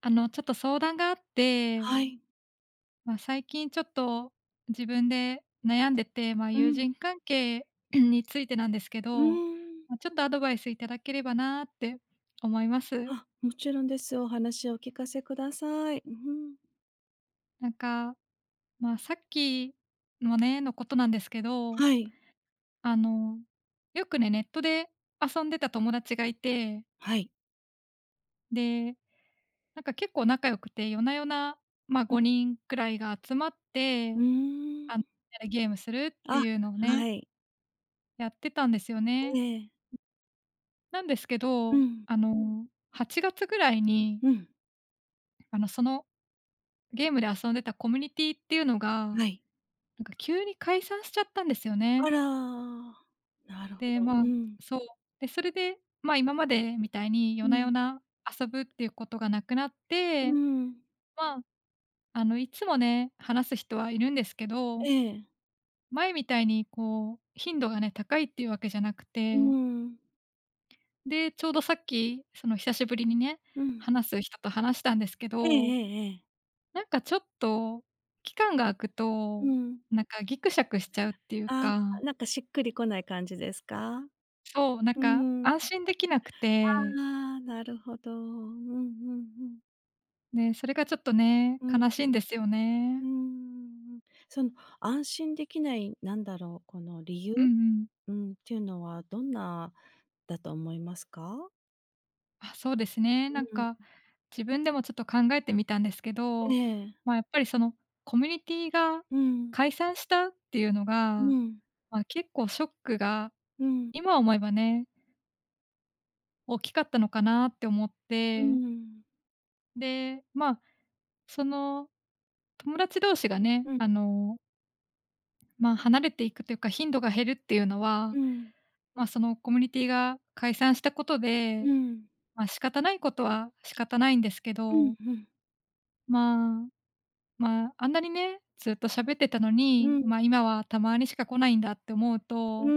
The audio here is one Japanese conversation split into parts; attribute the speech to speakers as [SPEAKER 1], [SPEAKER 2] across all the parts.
[SPEAKER 1] ちょっと相談があって、
[SPEAKER 2] はい。
[SPEAKER 1] 最近ちょっと自分で悩んでて、
[SPEAKER 2] う
[SPEAKER 1] 友
[SPEAKER 2] ん。
[SPEAKER 1] 人関係 についてなんですけ
[SPEAKER 2] うー
[SPEAKER 1] ど、
[SPEAKER 2] ん。
[SPEAKER 1] ちょっとアドバイスいただければなーって思います。
[SPEAKER 2] あ、もちろんです。お話をお聞かせください。うん。
[SPEAKER 1] なんか、さっきのね、のことなんですけど、
[SPEAKER 2] はい。
[SPEAKER 1] あの、よくね、ネットで遊んでた友達がいて、
[SPEAKER 2] はい。
[SPEAKER 1] で、なんか結構仲良くて、夜な夜な、
[SPEAKER 2] うん。
[SPEAKER 1] 5人くらいが集まっ
[SPEAKER 2] う
[SPEAKER 1] て、
[SPEAKER 2] ー
[SPEAKER 1] あの、
[SPEAKER 2] ん。
[SPEAKER 1] ゲームするっ
[SPEAKER 2] あ、
[SPEAKER 1] ていうのをね、
[SPEAKER 2] はい。
[SPEAKER 1] やってたんですよね。
[SPEAKER 2] ええ。
[SPEAKER 1] なんですけ
[SPEAKER 2] う
[SPEAKER 1] ど、
[SPEAKER 2] ん。
[SPEAKER 1] 8月ぐらいに、
[SPEAKER 2] うん。
[SPEAKER 1] そのゲームで遊んでたコミュニティっていうのが、な
[SPEAKER 2] はい。
[SPEAKER 1] んか急に解散しちゃったんですよね。
[SPEAKER 2] あら。なるほ
[SPEAKER 1] で、
[SPEAKER 2] ど。うん。
[SPEAKER 1] そう。で、それで、今までみたいに
[SPEAKER 2] う
[SPEAKER 1] 夜な夜
[SPEAKER 2] ん。
[SPEAKER 1] な遊ぶっていうことがなくなっ
[SPEAKER 2] う
[SPEAKER 1] て、
[SPEAKER 2] ん。
[SPEAKER 1] まあ、いつもね、話す人はいるんですけど、
[SPEAKER 2] ええ。
[SPEAKER 1] 前みたいにこう頻度がね、高いっていうわけじゃなく
[SPEAKER 2] う
[SPEAKER 1] て。
[SPEAKER 2] ん。
[SPEAKER 1] で、ちょうどさっき、その久しぶりにね、
[SPEAKER 2] うん。
[SPEAKER 1] 話す人と話したんですけ
[SPEAKER 2] ええ
[SPEAKER 1] ど、
[SPEAKER 2] ええええ。
[SPEAKER 1] なんかちょっと、期間が空く
[SPEAKER 2] う
[SPEAKER 1] と、
[SPEAKER 2] ん。
[SPEAKER 1] なんかギクシャクしちゃうっていう
[SPEAKER 2] あ
[SPEAKER 1] か、
[SPEAKER 2] あ、なんかしっくりこない感じですか？
[SPEAKER 1] そう、なん
[SPEAKER 2] う
[SPEAKER 1] か
[SPEAKER 2] ん。
[SPEAKER 1] 安心できなく
[SPEAKER 2] あ
[SPEAKER 1] て、
[SPEAKER 2] あ、なるほど。うんうんうん。
[SPEAKER 1] で、それがちょっとね、
[SPEAKER 2] うん。
[SPEAKER 1] 悲しいんですよ
[SPEAKER 2] う
[SPEAKER 1] ね。
[SPEAKER 2] ーん。その安心できない、なんだろう、この理由、
[SPEAKER 1] うんうん。
[SPEAKER 2] うん、っていうのはどんなだと思いますか？
[SPEAKER 1] あ、そうですね。
[SPEAKER 2] うん。
[SPEAKER 1] 自分でもちょっと考えてみたんですけ
[SPEAKER 2] え
[SPEAKER 1] ど、
[SPEAKER 2] え。
[SPEAKER 1] やっぱりそのコミュニティが
[SPEAKER 2] うん。
[SPEAKER 1] 解散したっていうの
[SPEAKER 2] う
[SPEAKER 1] が、
[SPEAKER 2] ん。
[SPEAKER 1] 結構ショックが、
[SPEAKER 2] うん。
[SPEAKER 1] 今思えばね大きかったのかなって思っ
[SPEAKER 2] う
[SPEAKER 1] て、
[SPEAKER 2] ん。
[SPEAKER 1] で、その、友達同士がね、
[SPEAKER 2] うん。
[SPEAKER 1] 離れていくというか、頻度が減るっていうのは、
[SPEAKER 2] うん。
[SPEAKER 1] そのコミュニティが解散したこと
[SPEAKER 2] う
[SPEAKER 1] で、
[SPEAKER 2] ん。
[SPEAKER 1] 仕方ないことは仕方ないんですけ
[SPEAKER 2] うん、
[SPEAKER 1] ど、
[SPEAKER 2] うん。
[SPEAKER 1] まあ、あんなにね、ずっと喋ってたの
[SPEAKER 2] う
[SPEAKER 1] に、
[SPEAKER 2] ん。
[SPEAKER 1] 今はたまにしか来ないんだって思う
[SPEAKER 2] うー
[SPEAKER 1] と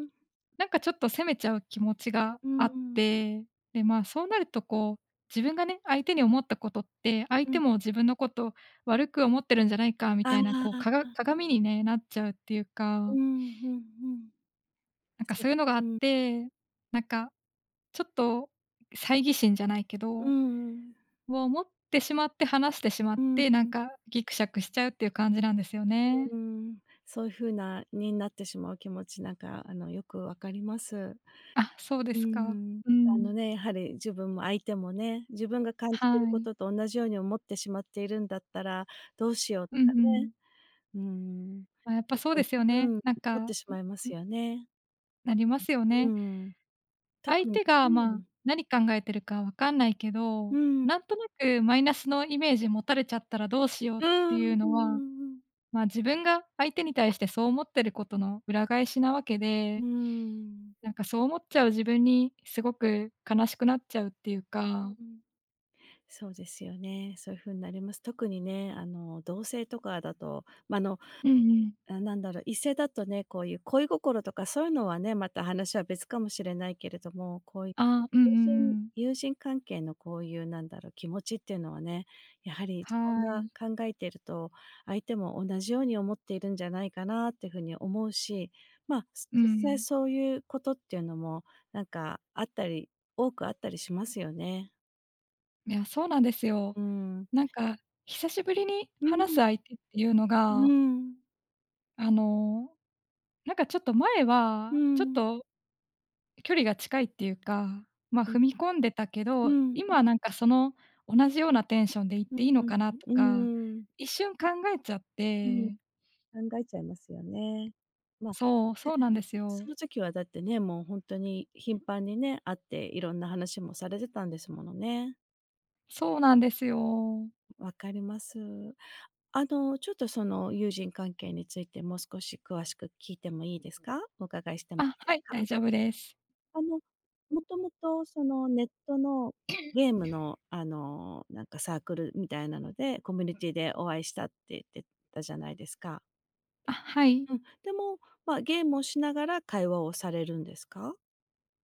[SPEAKER 2] ん。
[SPEAKER 1] なんかちょっと責めちゃう気持ちが
[SPEAKER 2] う
[SPEAKER 1] あっ
[SPEAKER 2] ん。
[SPEAKER 1] て、で、そうなるとこう、自分がね、相手に思ったことって、相
[SPEAKER 2] う
[SPEAKER 1] 手
[SPEAKER 2] ん。
[SPEAKER 1] も自分のこと悪く思ってるんじゃないかみ
[SPEAKER 2] あ
[SPEAKER 1] たいな、こう、か
[SPEAKER 2] あ、
[SPEAKER 1] が鏡にね、なっちゃうっていう
[SPEAKER 2] う
[SPEAKER 1] か、
[SPEAKER 2] ん、うんうん。
[SPEAKER 1] なんかそういうのがあ
[SPEAKER 2] う
[SPEAKER 1] っ
[SPEAKER 2] ん。
[SPEAKER 1] て、なんかちょっと猜疑心じゃないけ
[SPEAKER 2] う
[SPEAKER 1] ど、
[SPEAKER 2] ん。
[SPEAKER 1] を持ってしまって話してしま
[SPEAKER 2] う
[SPEAKER 1] っ
[SPEAKER 2] ん。
[SPEAKER 1] て、なんかギクシャクしちゃうっていう感じなんですよね。
[SPEAKER 2] うん。そういう風なになってしまう気持ち、なんかよくわかります。
[SPEAKER 1] あ、そうで
[SPEAKER 2] うー
[SPEAKER 1] すか。
[SPEAKER 2] ん。
[SPEAKER 1] う
[SPEAKER 2] あ
[SPEAKER 1] ん。
[SPEAKER 2] のね、やはり自分も相手もね、自分が感じて
[SPEAKER 1] は
[SPEAKER 2] るこ
[SPEAKER 1] い。
[SPEAKER 2] とと同じように思ってしまっているんだったら、どうしようと
[SPEAKER 1] うん
[SPEAKER 2] か
[SPEAKER 1] う
[SPEAKER 2] ね、
[SPEAKER 1] ん。
[SPEAKER 2] うーん、
[SPEAKER 1] やっぱそう
[SPEAKER 2] そう
[SPEAKER 1] で
[SPEAKER 2] い
[SPEAKER 1] すよ
[SPEAKER 2] うふうに、
[SPEAKER 1] ね。
[SPEAKER 2] うん、思ってしまいますよね。
[SPEAKER 1] なりますよ
[SPEAKER 2] う
[SPEAKER 1] ね。
[SPEAKER 2] ん。
[SPEAKER 1] 相
[SPEAKER 2] 特に
[SPEAKER 1] 手が、
[SPEAKER 2] うん、
[SPEAKER 1] 何考えてるかわかんないけ
[SPEAKER 2] う
[SPEAKER 1] ど、
[SPEAKER 2] ん、
[SPEAKER 1] なんとなくマイナスのイメージ持たれちゃったらどうしようっ
[SPEAKER 2] うー
[SPEAKER 1] て
[SPEAKER 2] ん、う
[SPEAKER 1] いう
[SPEAKER 2] んう
[SPEAKER 1] のは、
[SPEAKER 2] んうん。
[SPEAKER 1] 自分が相手に対してそう思ってることの裏返しなわけ
[SPEAKER 2] う
[SPEAKER 1] で、
[SPEAKER 2] ーん。
[SPEAKER 1] なんかそう思っちゃう自分にすごく悲しくなっちゃうっていう
[SPEAKER 2] う
[SPEAKER 1] か。
[SPEAKER 2] ん。そうですよね。そういう風になります。特にね、同性とかだと、ま、
[SPEAKER 1] うんうん。
[SPEAKER 2] なんだろう、異性だとね、こういう恋心とかそういうのはね、また話は別かもしれないけれども、こういう
[SPEAKER 1] ああ、うんうん
[SPEAKER 2] 友人
[SPEAKER 1] うん。
[SPEAKER 2] 友人関係のこういうなんだろう、気持ちっていうのはね、やはり自分
[SPEAKER 1] は
[SPEAKER 2] が
[SPEAKER 1] い。
[SPEAKER 2] 考えていると、相手も同じように思っているんじゃないかなっていうふうに思うし、まあ、
[SPEAKER 1] う
[SPEAKER 2] 実際
[SPEAKER 1] ん。
[SPEAKER 2] そういうことっていうのも、なんかあったり多くあったりしますよね。
[SPEAKER 1] いや、そうなんですよ。
[SPEAKER 2] うん。
[SPEAKER 1] なんか久しぶりに
[SPEAKER 2] う
[SPEAKER 1] 話す
[SPEAKER 2] ん、
[SPEAKER 1] 相手っていうの
[SPEAKER 2] う
[SPEAKER 1] が、
[SPEAKER 2] ん、
[SPEAKER 1] あのなんかちょっと前
[SPEAKER 2] う
[SPEAKER 1] は、ちょ
[SPEAKER 2] ん、う
[SPEAKER 1] っ
[SPEAKER 2] ん、
[SPEAKER 1] と距離が近いっていうか、
[SPEAKER 2] うん、
[SPEAKER 1] 踏み込んでたけ
[SPEAKER 2] う
[SPEAKER 1] ど、
[SPEAKER 2] ん、
[SPEAKER 1] 今はなんかその同じようなテンションで行っていいのか
[SPEAKER 2] う
[SPEAKER 1] なとか、
[SPEAKER 2] ん、
[SPEAKER 1] 一瞬考えちゃっ
[SPEAKER 2] うん。
[SPEAKER 1] て、
[SPEAKER 2] 考えちゃいますよね。まあ、
[SPEAKER 1] そう、そ
[SPEAKER 2] ね、
[SPEAKER 1] うなんですよ。
[SPEAKER 2] その時はだってね、もう本当に頻繁にね、会っていろんな話もされてたんですものね。
[SPEAKER 1] そうなんですよ。
[SPEAKER 2] わかります。ちょっとその友人関係についてもう少し詳しく聞いてもいいですか？お伺いしてもい
[SPEAKER 1] あ、
[SPEAKER 2] いで
[SPEAKER 1] は
[SPEAKER 2] す
[SPEAKER 1] い、
[SPEAKER 2] か？
[SPEAKER 1] 大丈夫です。
[SPEAKER 2] あの、もともとそのネットのゲームのなんかサークルみたいなので、コミュニティでお会いしたって言ってたじゃないですか。
[SPEAKER 1] あ、はい。
[SPEAKER 2] うん、でも、ま、あ、ゲームをしながら会話をされるんですか？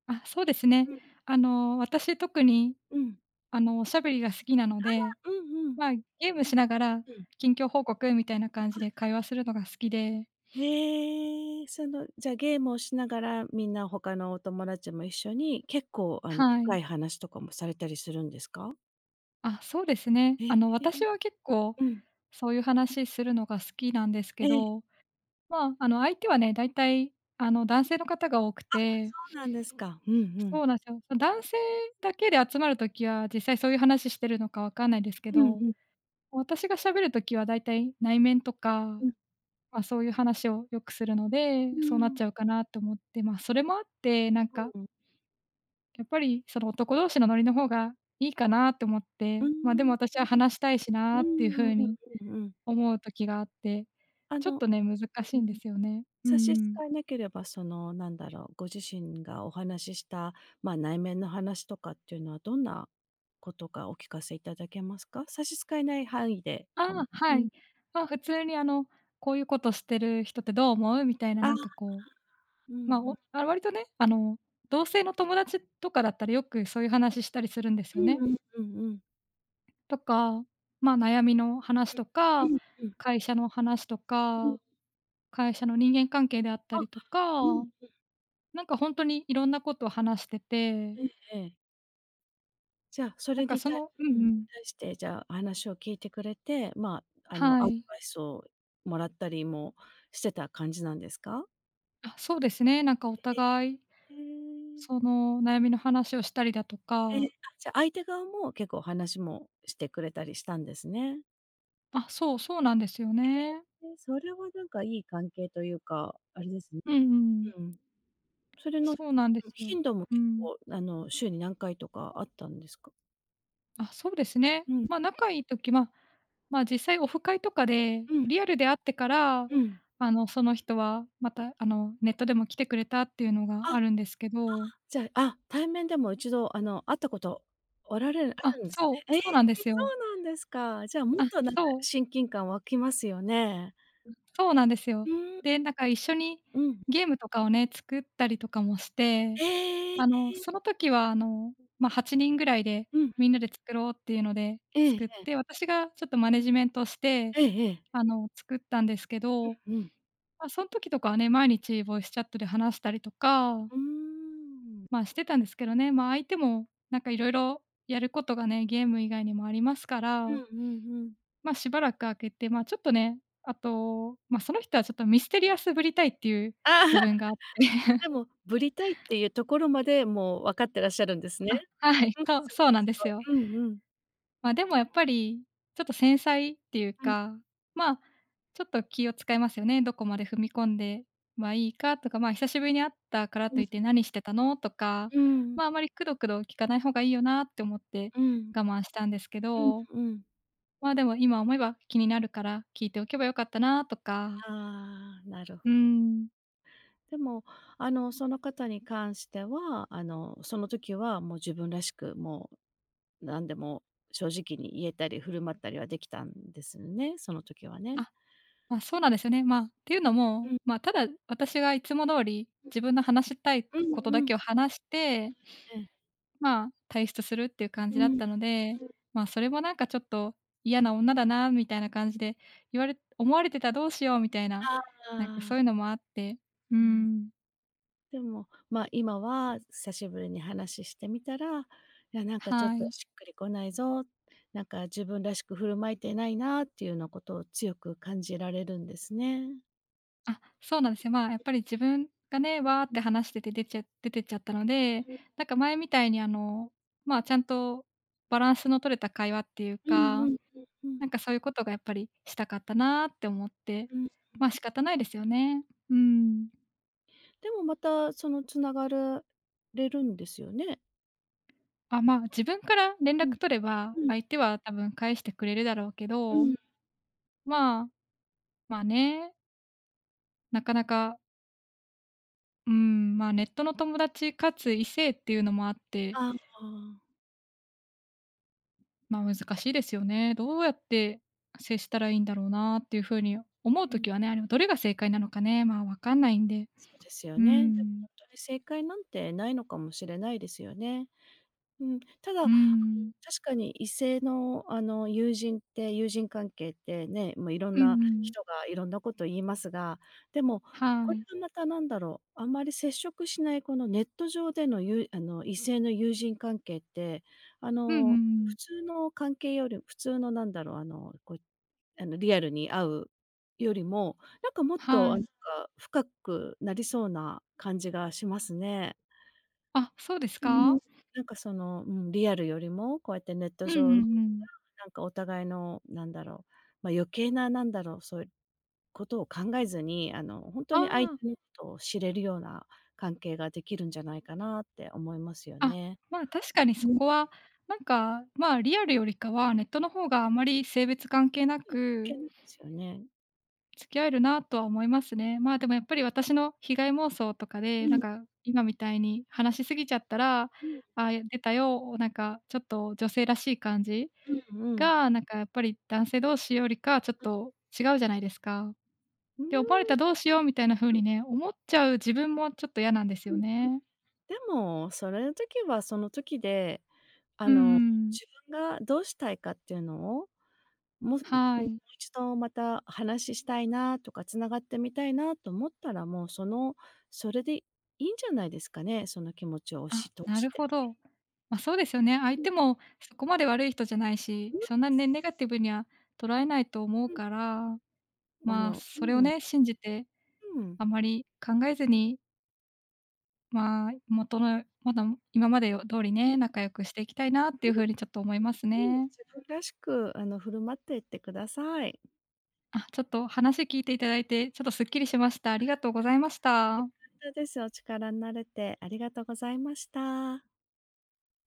[SPEAKER 1] あ、そうですね。
[SPEAKER 2] うん。
[SPEAKER 1] 私特に
[SPEAKER 2] うん。
[SPEAKER 1] おしゃべりが好きなので、
[SPEAKER 2] うんうん。
[SPEAKER 1] まあ、ゲームしながら
[SPEAKER 2] うん。
[SPEAKER 1] 近況報告みたいな感じで
[SPEAKER 2] あ、
[SPEAKER 1] 会話するのが好きで、
[SPEAKER 2] へえ、その、じゃあゲームをしながら、みんな他のお友達も一緒に、結構
[SPEAKER 1] はい。
[SPEAKER 2] 深い話とかもされたりするんですか？
[SPEAKER 1] あ、そうですね。
[SPEAKER 2] ええ、
[SPEAKER 1] 私は結構
[SPEAKER 2] うん。
[SPEAKER 1] そういう話するのが好きなんですけ
[SPEAKER 2] ええ、そ
[SPEAKER 1] ど、相手はね、大体、男性の方が多くて、
[SPEAKER 2] うなんですか。うんう
[SPEAKER 1] そ
[SPEAKER 2] ん。
[SPEAKER 1] うなんですよ。男性だけで集まるときは、実際そういう話してるのかわかんないですけ
[SPEAKER 2] うん
[SPEAKER 1] ど、
[SPEAKER 2] うん。
[SPEAKER 1] 私が喋るときは大体内面とか、
[SPEAKER 2] うん。
[SPEAKER 1] そういう話をよくするので、
[SPEAKER 2] う
[SPEAKER 1] そうなっ
[SPEAKER 2] ーん。
[SPEAKER 1] ちゃうかなと思って、それもあって、
[SPEAKER 2] うん。
[SPEAKER 1] やっぱりその男同士のノリの方がいいかなと思っ
[SPEAKER 2] う
[SPEAKER 1] て、
[SPEAKER 2] ー
[SPEAKER 1] でも
[SPEAKER 2] ん。
[SPEAKER 1] 私は話したいしな
[SPEAKER 2] う
[SPEAKER 1] っていう
[SPEAKER 2] んうん
[SPEAKER 1] 風
[SPEAKER 2] うん
[SPEAKER 1] に
[SPEAKER 2] うんうんうんうんうーんうんうんうんうん
[SPEAKER 1] 思う時があって、
[SPEAKER 2] あ
[SPEAKER 1] ちょっ
[SPEAKER 2] の
[SPEAKER 1] とね、難し
[SPEAKER 2] う
[SPEAKER 1] い
[SPEAKER 2] ん。
[SPEAKER 1] んですよね。うん
[SPEAKER 2] 差し支
[SPEAKER 1] うん。
[SPEAKER 2] えなければ、その、なんだろう、ご自身がお話しした、まあ、内面の話とかっていうのはどんなことかお聞かせいただけますか？差し支えない範囲で
[SPEAKER 1] あ
[SPEAKER 2] か
[SPEAKER 1] あ、
[SPEAKER 2] もう
[SPEAKER 1] は
[SPEAKER 2] ん。
[SPEAKER 1] い。普通にこういうことしてる人ってどう思う？みたいな
[SPEAKER 2] ああ、
[SPEAKER 1] なんかこ
[SPEAKER 2] うんう
[SPEAKER 1] う、
[SPEAKER 2] ん。
[SPEAKER 1] 割とね、同性の友達とかだったらよくそういう話したりするんです
[SPEAKER 2] う
[SPEAKER 1] よ
[SPEAKER 2] ん
[SPEAKER 1] ね。
[SPEAKER 2] うんうんうん。
[SPEAKER 1] とか、悩みの話と
[SPEAKER 2] う
[SPEAKER 1] か、
[SPEAKER 2] んうん。
[SPEAKER 1] 会社の話と
[SPEAKER 2] うん。
[SPEAKER 1] か、会社の人間関係であった
[SPEAKER 2] あ、
[SPEAKER 1] りと
[SPEAKER 2] う
[SPEAKER 1] か、
[SPEAKER 2] ん。
[SPEAKER 1] なんか本当にいろんなことを話してて、
[SPEAKER 2] ええええ。じゃあ、そ
[SPEAKER 1] なん
[SPEAKER 2] れ
[SPEAKER 1] か
[SPEAKER 2] に
[SPEAKER 1] そ
[SPEAKER 2] たい
[SPEAKER 1] のう
[SPEAKER 2] う
[SPEAKER 1] んう
[SPEAKER 2] ん、
[SPEAKER 1] ん。
[SPEAKER 2] 対して、じゃあ、話を聞いてくれて、まあ、
[SPEAKER 1] は
[SPEAKER 2] アド
[SPEAKER 1] い。
[SPEAKER 2] バイスをもらったりもしてた感じなんですか？
[SPEAKER 1] あ、そうですね。なんかお
[SPEAKER 2] へ
[SPEAKER 1] 互い、そ
[SPEAKER 2] え。
[SPEAKER 1] の悩みの話をしたりだと
[SPEAKER 2] ええ、
[SPEAKER 1] か
[SPEAKER 2] あ、じゃ、相手側も結構お話もしてくれたりしたんですね。
[SPEAKER 1] あ、そう、そうなんですよね。
[SPEAKER 2] え、それはなんかいい関係というか、あれですね。
[SPEAKER 1] うんうん。
[SPEAKER 2] うん。それの、う
[SPEAKER 1] そうなんで
[SPEAKER 2] ん、
[SPEAKER 1] すよ。
[SPEAKER 2] 頻度も
[SPEAKER 1] う
[SPEAKER 2] 結
[SPEAKER 1] ん。
[SPEAKER 2] 構週に何回とかあったんですか？
[SPEAKER 1] あ、そうですね。
[SPEAKER 2] うん、
[SPEAKER 1] ま、仲いい時、実際オフ会とかで、
[SPEAKER 2] うん、
[SPEAKER 1] リアルで会ってから、
[SPEAKER 2] うん。
[SPEAKER 1] その人はまた、ネットでも来てくれたっていうのが
[SPEAKER 2] あ、
[SPEAKER 1] あるんですけど
[SPEAKER 2] じゃあ、あ、対面でも一度会ったことおられるあ
[SPEAKER 1] あ、
[SPEAKER 2] るんです
[SPEAKER 1] そう、
[SPEAKER 2] ね。ええ、
[SPEAKER 1] そうなんです
[SPEAKER 2] そ
[SPEAKER 1] よ。
[SPEAKER 2] うなんですか。じゃあ、もっ
[SPEAKER 1] あ、
[SPEAKER 2] となんか
[SPEAKER 1] そう。
[SPEAKER 2] 親近感湧きますよね。
[SPEAKER 1] そうなんです
[SPEAKER 2] う
[SPEAKER 1] よ。
[SPEAKER 2] ーん、
[SPEAKER 1] で、なんか一緒に
[SPEAKER 2] うん。
[SPEAKER 1] ゲームとかをね、作ったりとかもして、
[SPEAKER 2] ええ。
[SPEAKER 1] その時は8人ぐらいで
[SPEAKER 2] うん。
[SPEAKER 1] みんなで作ろうっていうので
[SPEAKER 2] ええ
[SPEAKER 1] 作っ
[SPEAKER 2] え
[SPEAKER 1] て、
[SPEAKER 2] え。
[SPEAKER 1] 私がちょっとマネジメントして、
[SPEAKER 2] ええええ。
[SPEAKER 1] 作ったんですけど、
[SPEAKER 2] うん。
[SPEAKER 1] ま、そん時とかはね、毎日ボイスチャットで話したりとか、
[SPEAKER 2] うーん。
[SPEAKER 1] してたんですけどね、相手もなんか色々やることがね、ゲーム以外にもありますか
[SPEAKER 2] う
[SPEAKER 1] ら
[SPEAKER 2] んうんうん。
[SPEAKER 1] しばらく空けて、ちょっとね、あと、その人はちょっとミステリアスぶりたいっていう
[SPEAKER 2] ああ、
[SPEAKER 1] 部分 があって、
[SPEAKER 2] で も、ぶりたいっていうところまで、もう分かってらっしゃるんですね。
[SPEAKER 1] あ、はい、
[SPEAKER 2] うん、
[SPEAKER 1] そう
[SPEAKER 2] すご
[SPEAKER 1] そ
[SPEAKER 2] い
[SPEAKER 1] うなん
[SPEAKER 2] す
[SPEAKER 1] です
[SPEAKER 2] ご
[SPEAKER 1] よ。
[SPEAKER 2] い。うんうん。
[SPEAKER 1] でもやっぱり、ちょっと繊細っていう
[SPEAKER 2] うん、
[SPEAKER 1] か、まあ、ちょっと気を使いますよね。どこまで踏み込んではいいかとか、久しぶりに会ったから
[SPEAKER 2] う
[SPEAKER 1] と
[SPEAKER 2] ん、
[SPEAKER 1] いって「何してたの？」とか、
[SPEAKER 2] うん、
[SPEAKER 1] あまりくどくど聞かない方がいいよなって思って我慢したんですけ
[SPEAKER 2] うん、
[SPEAKER 1] ど、
[SPEAKER 2] うん。
[SPEAKER 1] でも今思えば気になるから聞いておけばよかったなとか、
[SPEAKER 2] ああ、なるほ
[SPEAKER 1] うーん。
[SPEAKER 2] でも、その方に関しては、その時はもう自分らしく、もう何でも正直に言えたり振る舞ったりはできたんですね、その時はね。
[SPEAKER 1] あ、そうなんですよね。っていうの
[SPEAKER 2] う
[SPEAKER 1] も、
[SPEAKER 2] ん。
[SPEAKER 1] ただ私がいつも通り、自分の話したい
[SPEAKER 2] う
[SPEAKER 1] こと
[SPEAKER 2] ん、
[SPEAKER 1] だ
[SPEAKER 2] うん、
[SPEAKER 1] けを話して、
[SPEAKER 2] ええ。
[SPEAKER 1] 退出するっていう感じ
[SPEAKER 2] う
[SPEAKER 1] だっ
[SPEAKER 2] ん。
[SPEAKER 1] たので、それもなんかちょっと嫌な女だなみたいな感じで、言われ思われてたらどうしようみたいな、
[SPEAKER 2] あ
[SPEAKER 1] なんかそう
[SPEAKER 2] あ、
[SPEAKER 1] いうのもあって、う
[SPEAKER 2] うん。
[SPEAKER 1] ん、
[SPEAKER 2] でも、まあ、今は久しぶりに話してみたら、いや、なんかちょっ
[SPEAKER 1] は
[SPEAKER 2] と
[SPEAKER 1] い。
[SPEAKER 2] しっくりこないぞ、なんか自分らしく振る舞えてないなっていうようなことを強く感じられるんですね。
[SPEAKER 1] あ、そうなんですよ。やっぱり自分がね、わーっ
[SPEAKER 2] うん
[SPEAKER 1] て話してて出てっちゃったので、
[SPEAKER 2] うん
[SPEAKER 1] なんか前みたいにちゃんとバランスの取れた会話っていう
[SPEAKER 2] うん
[SPEAKER 1] か
[SPEAKER 2] うんうん
[SPEAKER 1] なんかそういうことがやっぱりしたかったなって思って、
[SPEAKER 2] うん。
[SPEAKER 1] 仕方ないですよね。うん。
[SPEAKER 2] でもまたその繋がられるんですよね？
[SPEAKER 1] あ、自分から連
[SPEAKER 2] う
[SPEAKER 1] 絡
[SPEAKER 2] ん
[SPEAKER 1] 取れば、
[SPEAKER 2] うん
[SPEAKER 1] 相手は多分返してくれるだろうけ
[SPEAKER 2] う
[SPEAKER 1] ど、
[SPEAKER 2] ん。
[SPEAKER 1] まあ、まあね、なかなか、うん、ネットの友達かつ異性っていうのもあって、
[SPEAKER 2] ああ、
[SPEAKER 1] 難しいですよね。どうやって接したらいいんだろうなっていう風に思う
[SPEAKER 2] う
[SPEAKER 1] と
[SPEAKER 2] ん、
[SPEAKER 1] きはね、どれが正解なのかね、わかんないんで。
[SPEAKER 2] そうですよ
[SPEAKER 1] うー
[SPEAKER 2] ね。でも
[SPEAKER 1] ん。
[SPEAKER 2] ほんとに正解なんてないのかもしれないですよね。うん、た
[SPEAKER 1] うー
[SPEAKER 2] だ、
[SPEAKER 1] ん。
[SPEAKER 2] 確かに異性の友人関係ってね、もういろん
[SPEAKER 1] う
[SPEAKER 2] な
[SPEAKER 1] んうん。
[SPEAKER 2] 人がいろんなこと言いますが、でも、
[SPEAKER 1] は
[SPEAKER 2] これ
[SPEAKER 1] い。
[SPEAKER 2] がまたなんだろう、あんまり接触しないこのネット上での異性の友人関係って、あ
[SPEAKER 1] うんうんう
[SPEAKER 2] の、普
[SPEAKER 1] ん。
[SPEAKER 2] 通の関係より普通のなんだろう、あの、こう、あの、リアルに会うよりも、なんかもっと、
[SPEAKER 1] は
[SPEAKER 2] あ、なん
[SPEAKER 1] い。
[SPEAKER 2] か深くなりそうな感じがしますね。
[SPEAKER 1] あ、そうです
[SPEAKER 2] うーん、
[SPEAKER 1] か？
[SPEAKER 2] なんかその、うん、リアルよりも、こうやってネット
[SPEAKER 1] うんう
[SPEAKER 2] 上の
[SPEAKER 1] んうん。
[SPEAKER 2] なんかお互いのなんだろう、ま、余計ななんだろう、そういうことを考えずに、ほんとに相
[SPEAKER 1] あ
[SPEAKER 2] 手のことを知れるような関係ができるんじゃないかなって思いますよ
[SPEAKER 1] あ、あ、
[SPEAKER 2] ね。
[SPEAKER 1] 確かに
[SPEAKER 2] う
[SPEAKER 1] そ
[SPEAKER 2] ん。
[SPEAKER 1] こは、リアルよりかはネットの方があまり性別関係な
[SPEAKER 2] 関係
[SPEAKER 1] く
[SPEAKER 2] ないですよね。
[SPEAKER 1] 付き合えるなとは思いますね。でもやっぱり私の被害妄想とか
[SPEAKER 2] う
[SPEAKER 1] で、なん
[SPEAKER 2] ん。
[SPEAKER 1] か今みたいに話しすぎちゃったら、「
[SPEAKER 2] うんうん。
[SPEAKER 1] あ、出たよ」なんかちょっと女性らしい感じ
[SPEAKER 2] うん
[SPEAKER 1] が、なんかやっぱり男性同士よりかちょっと違うじゃないですか。
[SPEAKER 2] う
[SPEAKER 1] で、思われた
[SPEAKER 2] ー
[SPEAKER 1] らどうしようみたいな風にね、思っちゃう自分もちょっと嫌なんですよ
[SPEAKER 2] ん、
[SPEAKER 1] ね。
[SPEAKER 2] でも、それの時はその時で、あ
[SPEAKER 1] うんうん
[SPEAKER 2] の、
[SPEAKER 1] うん。
[SPEAKER 2] 自分がどうしたいかっていうのをもう、
[SPEAKER 1] は
[SPEAKER 2] うん、もう
[SPEAKER 1] い。
[SPEAKER 2] 一度また話ししたいなとか、つながってみたいなと思ったら、もうそのそれでいいんじゃないですかね、その気持ちを押
[SPEAKER 1] あ、
[SPEAKER 2] し通
[SPEAKER 1] な
[SPEAKER 2] し
[SPEAKER 1] る
[SPEAKER 2] て。
[SPEAKER 1] ほど。そうですよね。相
[SPEAKER 2] うん
[SPEAKER 1] 手もそこまで悪い人じゃないし、
[SPEAKER 2] うん
[SPEAKER 1] そんなね、ネガティブには捉えないと思う
[SPEAKER 2] うん。
[SPEAKER 1] から、
[SPEAKER 2] あの、
[SPEAKER 1] それ
[SPEAKER 2] う
[SPEAKER 1] を
[SPEAKER 2] ん、
[SPEAKER 1] ね、信じて、
[SPEAKER 2] うん。
[SPEAKER 1] あまり考えずに、元のまだ今までよ通り
[SPEAKER 2] うんう
[SPEAKER 1] ね、
[SPEAKER 2] ん
[SPEAKER 1] 仲良くしていきたいなっていう風にちょっと思います
[SPEAKER 2] うん。自
[SPEAKER 1] ね。
[SPEAKER 2] 分らしく振る舞っていってください。
[SPEAKER 1] あ、ちょっと話聞いていただいて、ちょっとすっきりしました。ありがとうございまし
[SPEAKER 2] よ
[SPEAKER 1] た。
[SPEAKER 2] かったです。お力になれてありがとうございました。